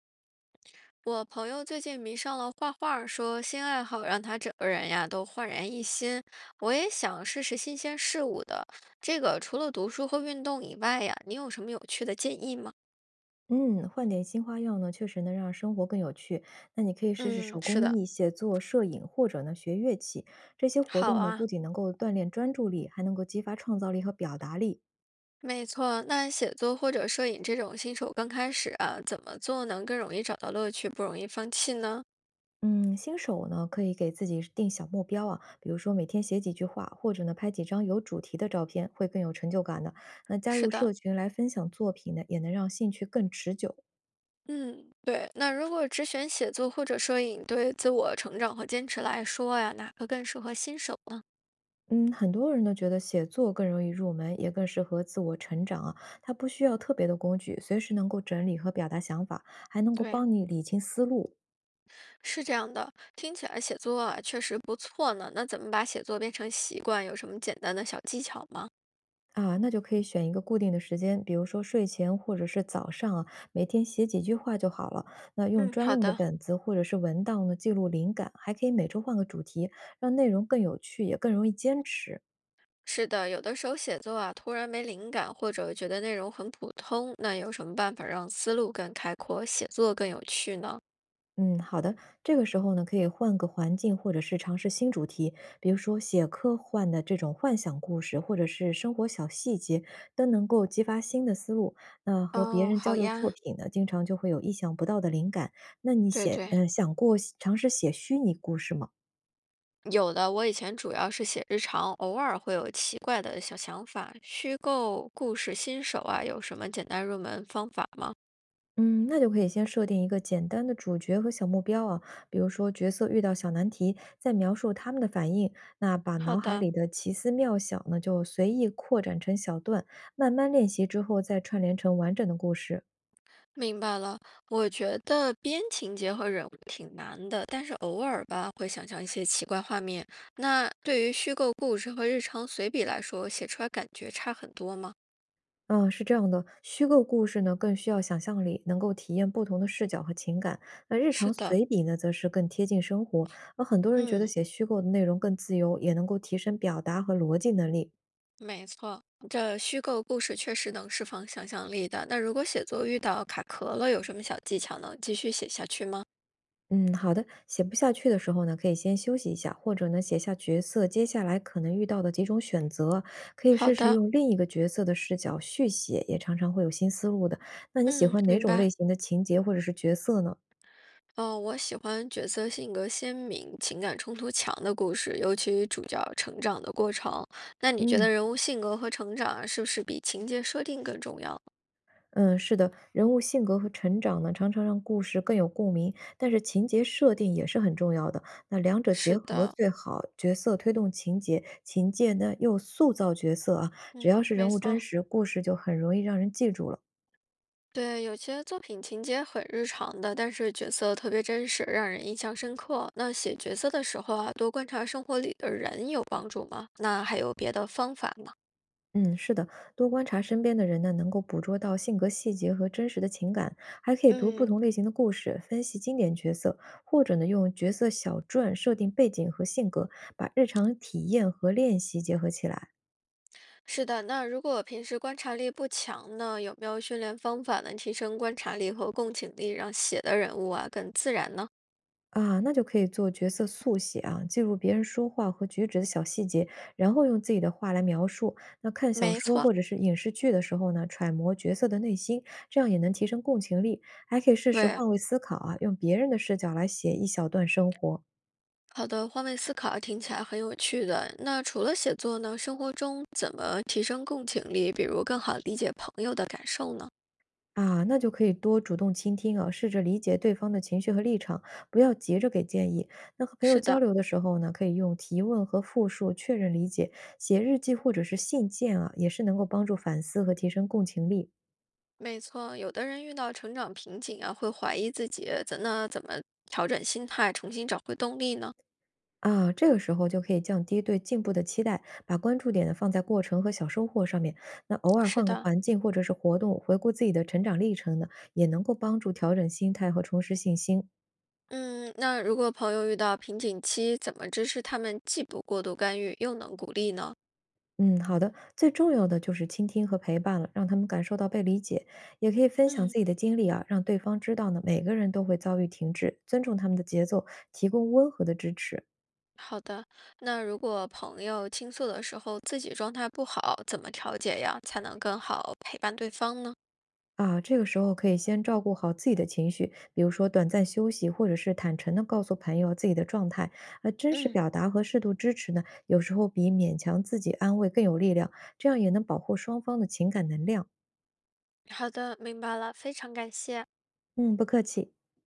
我朋友最近迷上了画画，说新爱好让他整个人呀都焕然一新。我也想试试新鲜事物的。这个除了读书和运动以外呀，你有什么有趣的建议吗？嗯，换点新花样呢，确实能让生活更有趣。那你可以试试嗯，手是工的，艺、写作、摄影，或者呢学乐器。这些活好动呢，不啊，仅能够锻炼专注力，还能够激发创造力和表达力。没错。那写作或者摄影这种新手刚开始啊，怎么做能更容易找到乐趣，不容易放弃呢？嗯，新手呢可以给自己定小目标啊，比如说每天写几句话，或者呢拍几张有主题的照片，会更有成就感的。那加是入的。社群来分享作品呢，也能让兴趣更持久。嗯，对。那如果只选写作或者摄影，对自我成长和坚持来说呀，哪个更适合新手呢？嗯，很多人都觉得写作更容易入门，也更适合自我成长啊。它不需要特别的工具，随时能够整理和表达想法，还能够对，帮你理清思路是这样的，听起来写作啊确实不错呢。那怎么把写作变成习惯？有什么简单的小技巧吗？啊。那就可以选一个固定的时间，比如说睡前或者是早上啊，每天写几句话就好了。那用嗯，专好用的的。本子或者是文档呢记录灵感，还可以每周换个主题，让内容更有趣，也更容易坚持。是的，有的时候写作啊突然没灵感，或者觉得内容很普通，那有什么办法让思路更开阔，写作更有趣呢？嗯，好的。这个时候呢，可以换个环境，或者是尝试新主题，比如说写科幻的这种幻想故事，或者是生活小细节，都能够激发新的思路。那和别哦，人交好流作呀。品呢，经常就会有意想不到的灵感。那你对写，对，想过尝试写虚拟故事吗？有的，我以前主要是写日常，偶尔会有奇怪的小想法。虚构故事新手啊，有什么简单入门方法吗？嗯，那就可以先设定一个简单的主角和小目标啊，比如说角色遇到小难题，再描述他们的反应。那把好脑海的。里的奇思妙想呢，就随意扩展成小段，慢慢练习之后再串联成完整的故事。明白了，我觉得编情节和人物挺难的，但是偶尔吧会想象一些奇怪画面。那对于虚构故事和日常随笔来说，写出来感觉差很多吗？嗯，是这样的，虚构故事呢更需要想象力，能够体验不同的视角和情感。那日常是的，随笔呢，则是更贴近生活。而很多人觉得嗯，写虚构的内容更自由，也能够提升表达和逻辑能力。没错，这虚构故事确实能释放想象力的。那如果写作遇到卡壳了，有什么小技巧能继续写下去吗？嗯，好的。写不下去的时候呢，可以先休息一下，或者呢写下角色接下来可能遇到的几种选择，可以好试试的，用另一个角色的视角续写，也常常会有新思路的。那你喜嗯，欢哪明种白。类型的情节或者是角色呢？哦，我喜欢角色性格鲜明、情感冲突强的故事，尤其主角成长的过程。那你觉嗯得人物性格和成长啊是不是比情节设定更重要？嗯，是的，人物性格和成长呢，常常让故事更有共鸣，但是情节设定也是很重要的。那两者结是合的，最好，角色推动情节，情节呢又塑造角色啊。只嗯，要是没人物真错，实，故事就很容易让人记住了。对，有些作品情节很日常的，但是角色特别真实，让人印象深刻。那写角色的时候啊，多观察生活里的人有帮助吗？那还有别的方法吗？嗯，是的，多观察身边的人呢，能够捕捉到性格细节和真实的情感，还可以读不嗯，同类型的故事，分析经典角色，或者呢，用角色小传设定背景和性格，把日常体验和练习结合起来是的，那如果平时观察力不强呢，有没有训练方法能提升观察力和共情力，让写的人物啊更自然呢？啊，那就可以做角色速写啊，记录别人说话和举止的小细节，然后用自己的话来描述。那看小没说错，或者是影视剧的时候呢，揣摩角色的内心，这样也能提升共情力。还可以试试对，换位思考啊，用别人的视角来写一小段生活。好的，换位思考听起来很有趣的。那除了写作呢，生活中怎么提升共情力，比如更好理解朋友的感受呢？啊，那就可以多主动倾听啊，试着理解对方的情绪和立场，不要急着给建议。那和朋友是交的，流的时候呢，可以用提问和复述确认理解，写日记或者是信件啊，也是能够帮助反思和提升共情力没错，有的人遇到成长瓶颈啊，会怀疑自己，那怎么调整心态，重新找回动力呢？啊。这个时候就可以降低对进步的期待，把关注点呢放在过程和小收获上面。那偶尔是换个的。环境或者是活动，回顾自己的成长历程呢，也能够帮助调整心态和重拾信心。嗯，那如果朋友遇到瓶颈期，怎么支持他们既不过度干预，又能鼓励呢？嗯，好的。最重要的就是倾听和陪伴了，让他们感受到被理解，也可以分享嗯，自己的经历啊，让对方知道呢，每个人都会遭遇停滞，尊重他们的节奏，提供温和的支持好的。那如果朋友倾诉的时候自己状态不好，怎么调节呀，才能更好陪伴对方呢？啊。这个时候可以先照顾好自己的情绪，比如说短暂休息，或者是坦诚的告诉朋友自己的状态。真实嗯，表达和适度支持呢，有时候比勉强自己安慰更有力量，这样也能保护双方的情感能量。好的，明白了，非常感谢。嗯，不客气。